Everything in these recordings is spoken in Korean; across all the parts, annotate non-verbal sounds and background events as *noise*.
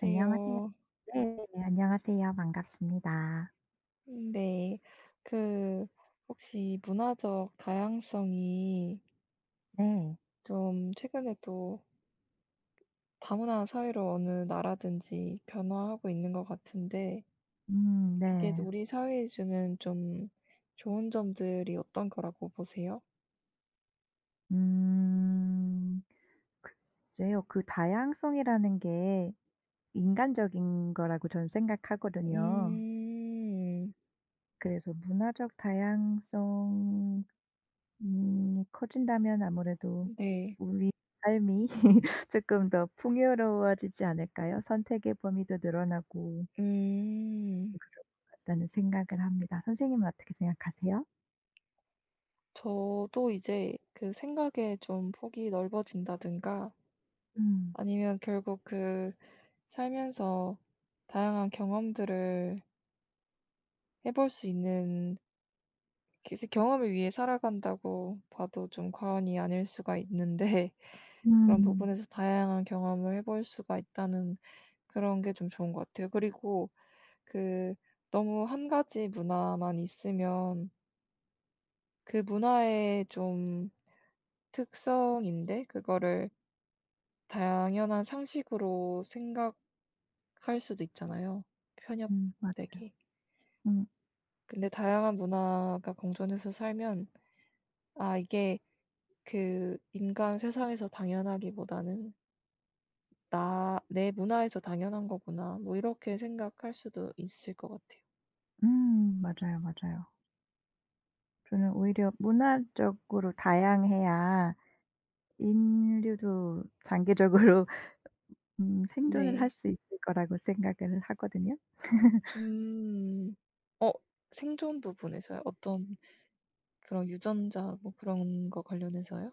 안녕하세요. 네. 네, 안녕하세요. 반갑습니다. 네. 그 혹시 문화적 다양성이 네. 좀 최근에도 다문화 사회로 어느 나라든지 변화하고 있는 것 같은데 그게 네. 우리 사회에 주는 좀 좋은 점들이 어떤 거라고 보세요? 음. 글쎄요. 그 다양성이라는 게 인간적인 거라고 저는 생각하거든요. 음. 그래서 문화적 다양성이 커진다면 아무래도 네. 우리 삶이 *laughs* 조금 더 풍요로워지지 않을까요? 선택의 범위도 늘어나고 음. 그럴 것 같다는 생각을 합니다. 선생님은 어떻게 생각하세요? 저도 이제 그 생각의 좀 폭이 넓어진다든가 음. 아니면 결국 그 살면서 다양한 경험들을 해볼 수 있는 그 경험을 위해 살아간다고 봐도 좀 과언이 아닐 수가 있는데 *laughs* 그런 음. 부분에서 다양한 경험을 해볼 수가 있다는 그런 게 좀 좋은 것 같아요. 그리고 그 너무 한 가지 문화만 있으면 그 문화의 좀 특성인데 그거를 당연한 상식으로 생각할 수도 있잖아요, 음. 맞 편협되게. 음. 근데 다양한 문화가 공존해서 살면 아 이게 그 인간 세상에서 당연하기보다는 나, 내 문화에서 당연한 거구나. 뭐 이렇게 생각할 수도 있을 것 같아요. 음. 맞아요, 맞아요. 저는 오히려 문화적으로 다양해야 인류도 장기적으로 *laughs* 생존을 할 네. 수 있을 거라고 생각을 하거든요. *laughs* 음. 어, 생존 부분에서요? 어떤 그런 유전자 뭐 그런 거 관련해서요?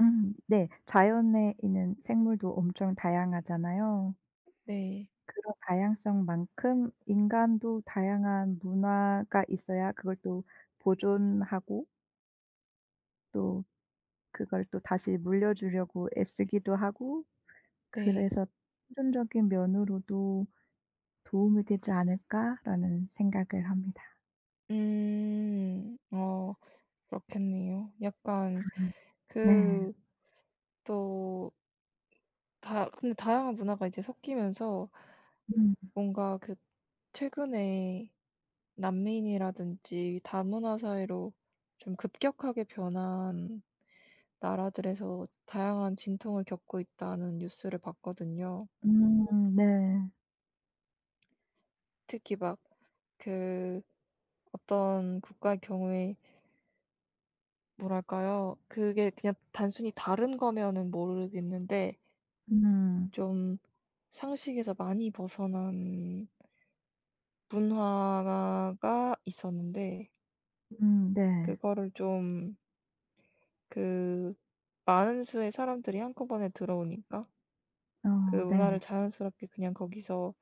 네. 자연에 있는 생물도 엄청 다양하잖아요. 네. 그런 다양성만큼 인간도 다양한 문화가 있어야 그걸 또 보존하고 또 그걸 또 다시 물려주려고 애쓰기도 하고 네. 그래서 '실용적인 면으로도 도움이 되지 않을까.'라는 생각을 합니다. 음. 어, 그렇겠네요. 약간 네. 그 또 다 근데 다양한 문화가 이제 섞이면서 음. 뭔가 그 최근에 난민이라든지 다문화 사회로 좀 급격하게 변한 나라들에서 다양한 진통을 겪고 있다는 뉴스를 봤거든요. 네. 특히 막 그 어떤 국가의 경우에 뭐랄까요? 그게 그냥 단순히 다른 거면은 모르겠는데 음. 좀 상식에서 많이 벗어난 문화가 있었는데 네. 그거를 좀 그 많은 수의 사람들이 한꺼번에 들어오니까 어 그 네. 문화를 자연스럽게 그냥 거기서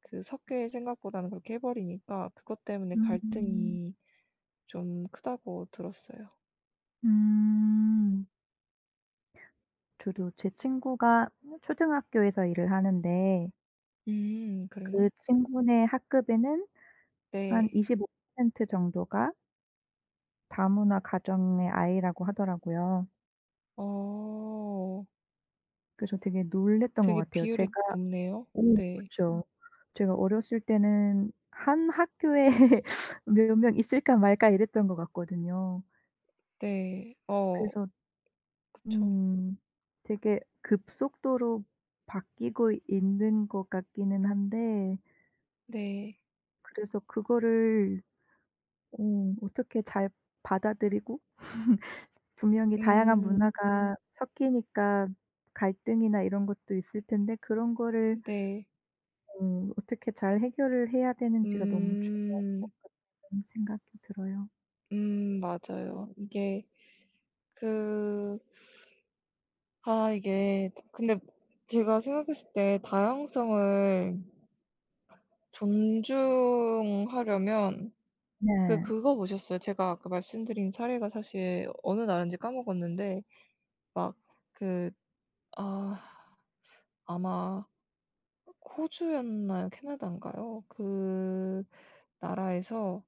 그 섞일 생각보다는 그렇게 해버리니까 그것 때문에 음. 갈등이 좀 크다고 들었어요. 음. 주로 제 친구가 초등학교에서 일을 하는데 그래요? 그 친구네 학급에는 한 네. 25% 정도가 다문화 가정의 아이라고 하더라고요. 어, 그래서 되게 놀랐던 것 되게 같아요. 제가. 비율이 높네요. 오 네. 그쵸. 제가 어렸을 때는 한 학교에 *laughs* 몇 명 있을까 말까 이랬던 것 같거든요. 네. 어, 그래서 그쵸. 음 되게 급속도로 바뀌고 있는 것 같기는 한데 네. 그래서 그거를 어떻게 잘 받아들이고 *laughs* 분명히 다양한 음, 문화가 섞이니까 갈등이나 이런 것도 있을 텐데 그런 거를 네. 어떻게 잘 해결을 해야 되는지가 너무 중요하고 음, 생각이 들어요. 맞아요. 이게 그, 아, 이게, 근데 제가 생각했을 때 다양성을 존중하려면 네. 그거 보셨어요? 제가 아까 말씀드린 사례가 사실 어느 나라인지 까먹었는데 막 그 아 아마 호주였나요? 캐나다인가요? 그 나라에서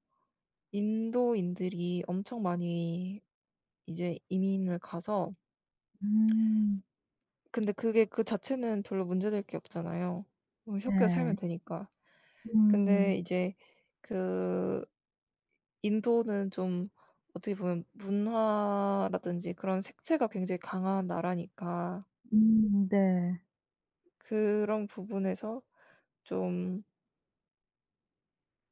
인도인들이 엄청 많이 이제 이민을 가서 음. 근데 그게 그 자체는 별로 문제될 게 없잖아요. 뭐 섞여 네. 살면 되니까. 음. 근데 이제 그 인도는 좀 어떻게 보면 문화라든지 그런 색채가 굉장히 강한 나라니까 네. 그런 부분에서 좀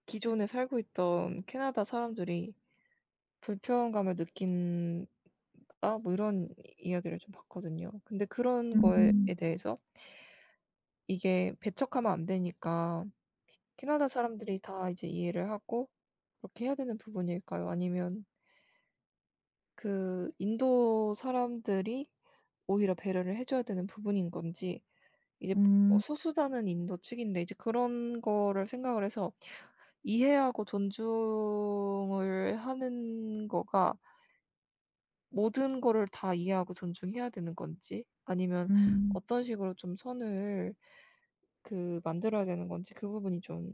기존에 살고 있던 캐나다 사람들이 불편감을 느낀다 뭐 이런 이야기를 좀 봤거든요. 근데 그런 거에 음. 대해서 이게 배척하면 안 되니까 캐나다 사람들이 다 이제 이해를 하고 그렇게 해야 되는 부분일까요? 아니면 그 인도 사람들이 오히려 배려를 해줘야 되는 부분인 건지 이제 어 음. 소수자는 인도 측인데 이제 그런 거를 생각을 해서 이해하고 존중을 하는 거가 모든 거를 다 이해하고 존중해야 되는 건지 아니면 음. 어떤 식으로 좀 선을 그 만들어야 되는 건지 그 부분이 좀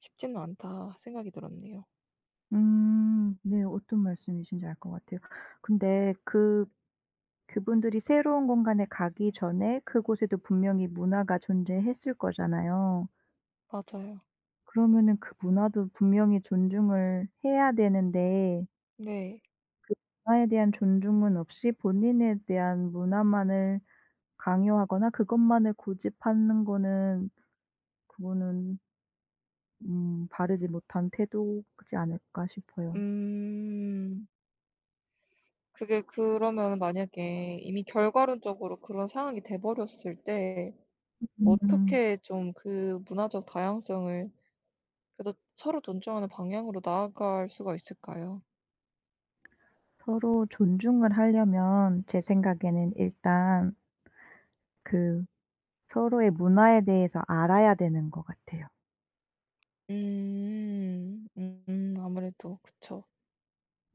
쉽지는 않다 생각이 들었네요. 음. 네. 어떤 말씀이신지 알 것 같아요. 근데 그분들이 새로운 공간에 가기 전에 그곳에도 분명히 문화가 존재했을 거잖아요. 맞아요. 그러면은 그 문화도 분명히 존중을 해야 되는데 네. 문화에 대한 존중은 없이 본인에 대한 문화만을 강요하거나 그것만을 고집하는 거는 그거는 바르지 못한 태도지 않을까 싶어요. 음. 그게 그러면 만약에 이미 결과론적으로 그런 상황이 돼 버렸을 때 음. 어떻게 좀 그 문화적 다양성을 그래도 서로 존중하는 방향으로 나아갈 수가 있을까요? 서로 존중을 하려면 제 생각에는 일단 그 서로의 문화에 대해서 알아야 되는 것 같아요. 음. 아무래도 그쵸.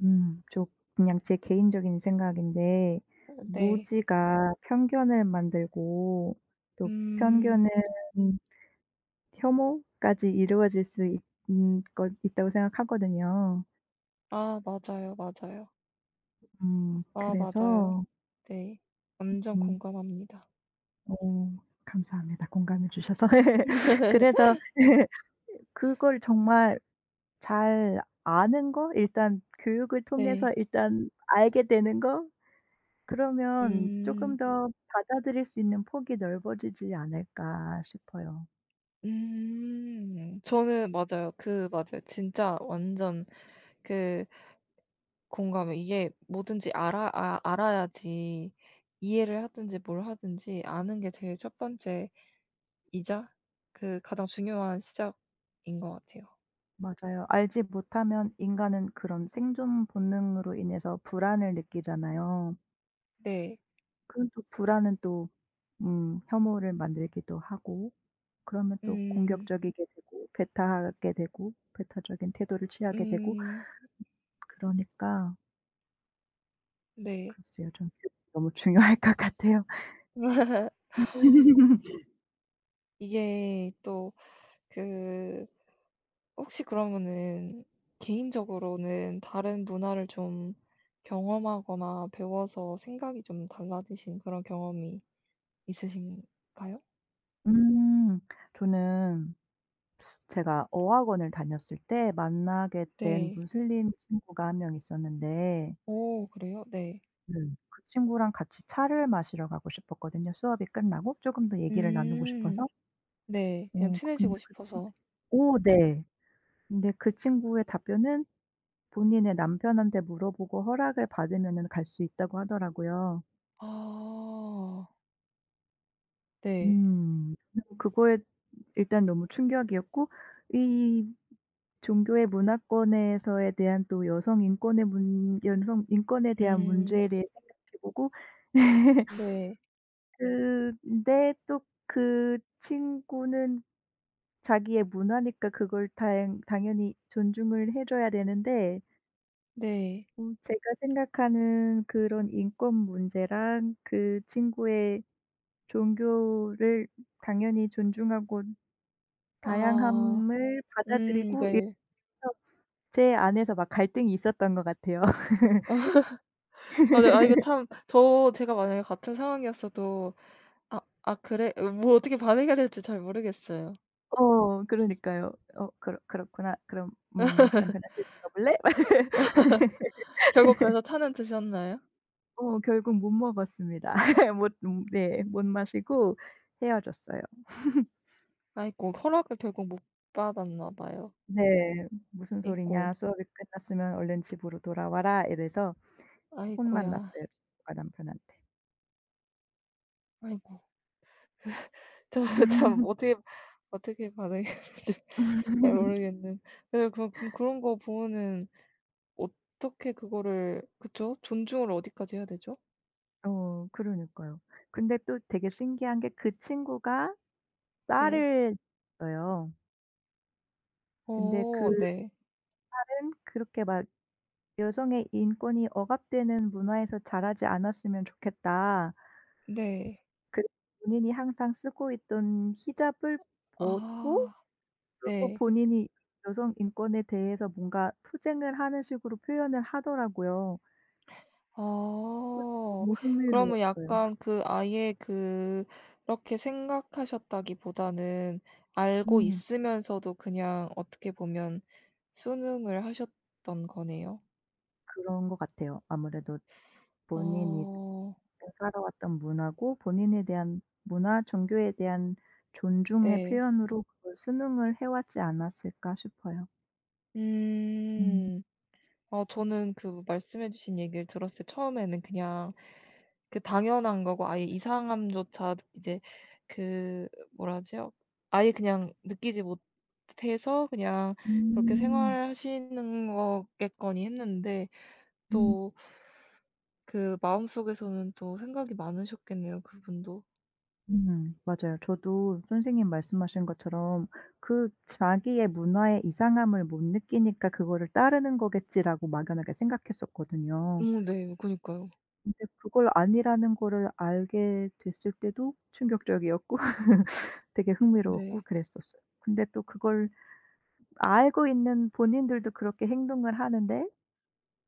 음. 좀 그냥 제 개인적인 생각인데 어 네. 무지가 편견을 만들고 또 편견은 음. 혐오까지 이루어질 수 있 것 있다고 생각하거든요. 아 맞아요, 맞아요. 음. 아 그래서 맞아요. 네. 완전 음 공감합니다. 어 감사합니다. 공감해 주셔서. *laughs* 예. 그래서 예. 그걸 정말 잘 아는 거 일단 교육을 통해서 네. 일단 알게 되는 거 그러면 쪼금 음. 더 받아들일 수 있는 폭이 넓어지지 않을까 싶어요. 음. 저는 맞아요. 그 맞아요. 진짜 완전 그 공감해 이게 뭐든지 알아야지 이해를 하든지 뭘 하든지 아는 게 제일 첫 번째 이자 그 가장 중요한 시작인 것 같아요. 맞아요. 알지 못하면 인간은 그런 생존 본능으로 인해서 불안을 느끼잖아요. 네. 그럼 또 불안은 또 혐오를 만들기도 하고 그러면 또 음. 공격적이게 되고 배타하게 되고 배타적인 태도를 취하게 되고 음. 그러니까 네. 글쎄요. 전 교육이 너무 *laughs* 중요할 것 같아요. *laughs* *laughs* 이게 또 그 혹시 그러면은 개인적으로는 다른 문화를 좀 경험하거나 배워서 생각이 좀 달라지신 그런 경험이 있으신가요? 음 저는 제가 어학원을 다녔을 때 만나게 된 네. 무슬림 친구가 한 명 있었는데. 오 그래요? 네. 네. 그 친구랑 같이 차를 마시러 가고 싶었거든요. 수업이 끝나고. 조금 더 얘기를 나누고 음. 싶어서. 네. 그냥 근데 친해지고 그 친 싶어서. 오 네. 근데 그 친구의 답변은 본인의 남편한테 물어보고 허락을 받으면은 갈 수 있다고 하더라고요. 아. 네. 음. 저는 그거에 일단 너무 충격이었고 이 종교의 문화권에서에 대한 또 여성 인권의 문 여성 인권에 대한 음. 문제에 대해 생각해 보고 *laughs* 네. 근데 또 그 친구는 자기의 문화니까 그걸 당 당연히 존중을 해 줘야 되는데 네. 제가 생각하는 그런 인권 문제랑 그 친구의 종교를 당연히 존중하고 아. 다양함을 받아들이고 네. 이래서 제 안에서 막 갈등이 있었던 것 같아요. *laughs* 아 네. 아 이게 참 제가 만약에 같은 상황이었어도 '아 아 그래?' 어 뭐 어떻게 반응해야 될지 잘 모르겠어요. 그러니까요. 그렇구나. 그럼 남편한테 물어볼래?" 결국 그래서 차는 드셨나요? *laughs* 결국 못 먹었습니다. *laughs* 못 네, 못 마시고 헤어졌어요. 아이고 허락을 결국 못 받았나 봐요. 네. "무슨 아이고. 소리냐. 수업이 끝났으면 얼른 집으로 돌아와라." 이래서 혼만 아이고야. 났어요 친구가 남편한테. 아이고. *laughs* 저 참 어떻게 반응해야 될지 잘 *laughs* 모르겠는. 예 그럼 그런 거 보면은 어떻게 그거를 그쵸? 존중을 어디까지 해야 되죠? 그러니까요. 근데 또 되게 신기한 게 그 친구가 네. 딸을 낳았어요. 근데 그 어 네. 딸은 그렇게 막 '여성의 인권이 억압되는 문화에서 자라지 않았으면 좋겠다.' 네. 그래서 본인이 항상 쓰고 있던 히잡을 벗고 아 그리고 네. 본인이 여성 인권에 대해서 뭔가 투쟁을 하는 식으로 표현을 하더라고요. 그래서 어 너무 그러면 흥미로웠어요. 약간 그 아예 그렇게 생각하셨다기보다는 알고 음. 있으면서도 그냥 어떻게 보면 수능을 하셨던 거네요. 그런 것 같아요. 아무래도 본인이 어. 살아왔던 문화고 본인에 대한 문화, 종교에 대한 존중의 네. 표현으로 그걸 수능을 해 왔지 않았을까 싶어요. 음. 음. 어 저는 그 말씀해 주신 얘기를 들었을 때 처음에는 그냥 그 당연한 거고 아예 이상함조차 이제 그 뭐라 하지요? 아예 그냥 느끼지 못해서 그냥 그렇게 음. 생활하시는 거겠거니 했는데 음. 또 그 마음속에서는 또 생각이 많으셨겠네요, 그분도. 맞아요. 저도 선생님 말씀하신 것처럼 '그 자기의 문화의 이상함을 못 느끼니까 그거를 따르는 거겠지.'라고 막연하게 생각했었거든요. 네. 그니까요. 근데 그걸 아니라는 거를 알게 됐을 때도 충격적이었고 되게 흥미로웠고 네. 그랬었어요. 근데 또 그걸 알고 있는 본인들도 그렇게 행동을 하는데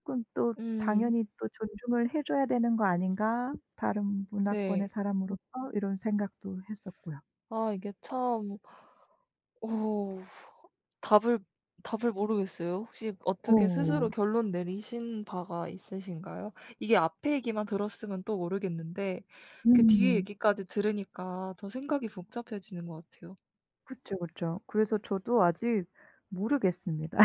그건 또 음. 당연히 또 '존중을 해 줘야 되는 거 아닌가? 다른 문화권의 네. 사람으로서.' 이런 생각도 했었고요. 아 이게 참 오. 답을 답을 모르겠어요. 혹시 어떻게 어. 스스로 결론 내리신 바가 있으신가요? 이게 앞에 얘기만 들었으면 또 모르겠는데 그 뒤에 음. 얘기까지 들으니까 더 생각이 복잡해지는 것 같아요. 그쵸, 그쵸. 그래서 저도 아직 모르겠습니다.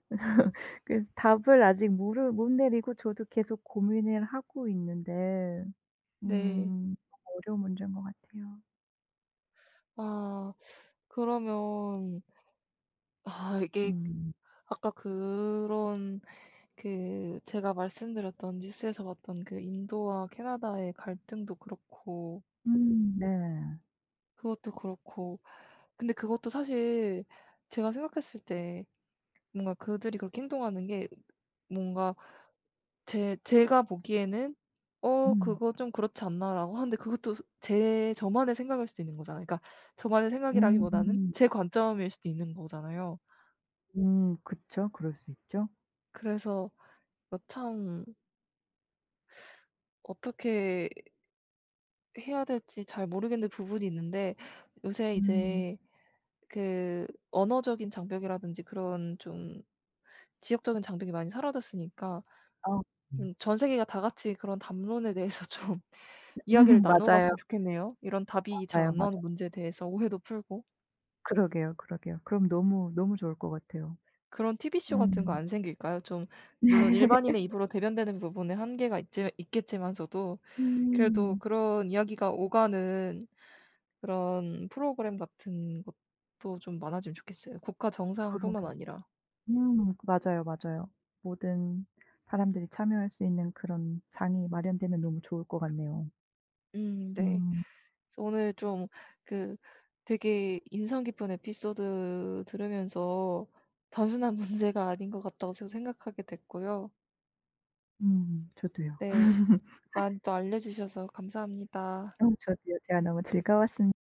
*laughs* 그래서 답을 아직 모르 못 내리고 저도 계속 고민을 하고 있는데 네. 음 어려운 문제인 것 같아요. 아 그러면 아 이게 음. 아까 그런 그 제가 말씀드렸던 뉴스에서 봤던 그 인도와 캐나다의 갈등도 그렇고 네. 그것도 그렇고 근데 그것도 사실 제가 생각했을 때 뭔가 그들이 그렇게 행동하는 게 뭔가 제 제가 보기에는 '어 음. 그거 좀 그렇지 않나.'라고 하는데 그것도 제 저만의 생각일 수도 있는 거잖아요. 그러니까 저만의 생각이라기보다는 음. 제 관점일 수도 있는 거잖아요. 그쵸. 그럴 수 있죠. 그래서 이거 참 어떻게 해야 될지 잘 모르겠는 부분이 있는데 요새 음. 이제 그 언어적인 장벽이라든지 그런 좀 지역적인 장벽이 많이 사라졌으니까 아. 음. 좀 전 세계가 다 같이 그런 담론에 대해서 *laughs* 좀 이야기를 *laughs* 나눠 맞아요. 봤으면 좋겠네요. 이런 답이 잘 맞아요, 안 맞아. 나오는 문제에 대해서 오해도 풀고. 그러게요, 그러게요. 그럼 너무, 너무 좋을 것 같아요. 그런 TV 쇼 같은 거 음. 안 생길까요? 좀 물론 *laughs* 일반인의 입으로 대변되는 부분에 한계가 있지 있겠지만서도 그래도 음. 그런 이야기가 오가는 그런 프로그램 같은 것도 좀 많아지면 좋겠어요, 국가 정상뿐만 그러게. 아니라. 음. 맞아요, 맞아요. 모든 사람들이 참여할 수 있는 그런 장이 마련되면 너무 좋을 것 같네요. 네. 음. 그래서 오늘 좀 그 되게 인상 깊은 에피소드 들으면서 단순한 *laughs* 문제가 아닌 것 같다고 생각하게 됐고요. 음. 저도요. 네. 많이 또 알려주셔서 감사합니다. 저도요. 대화 너무 즐거웠습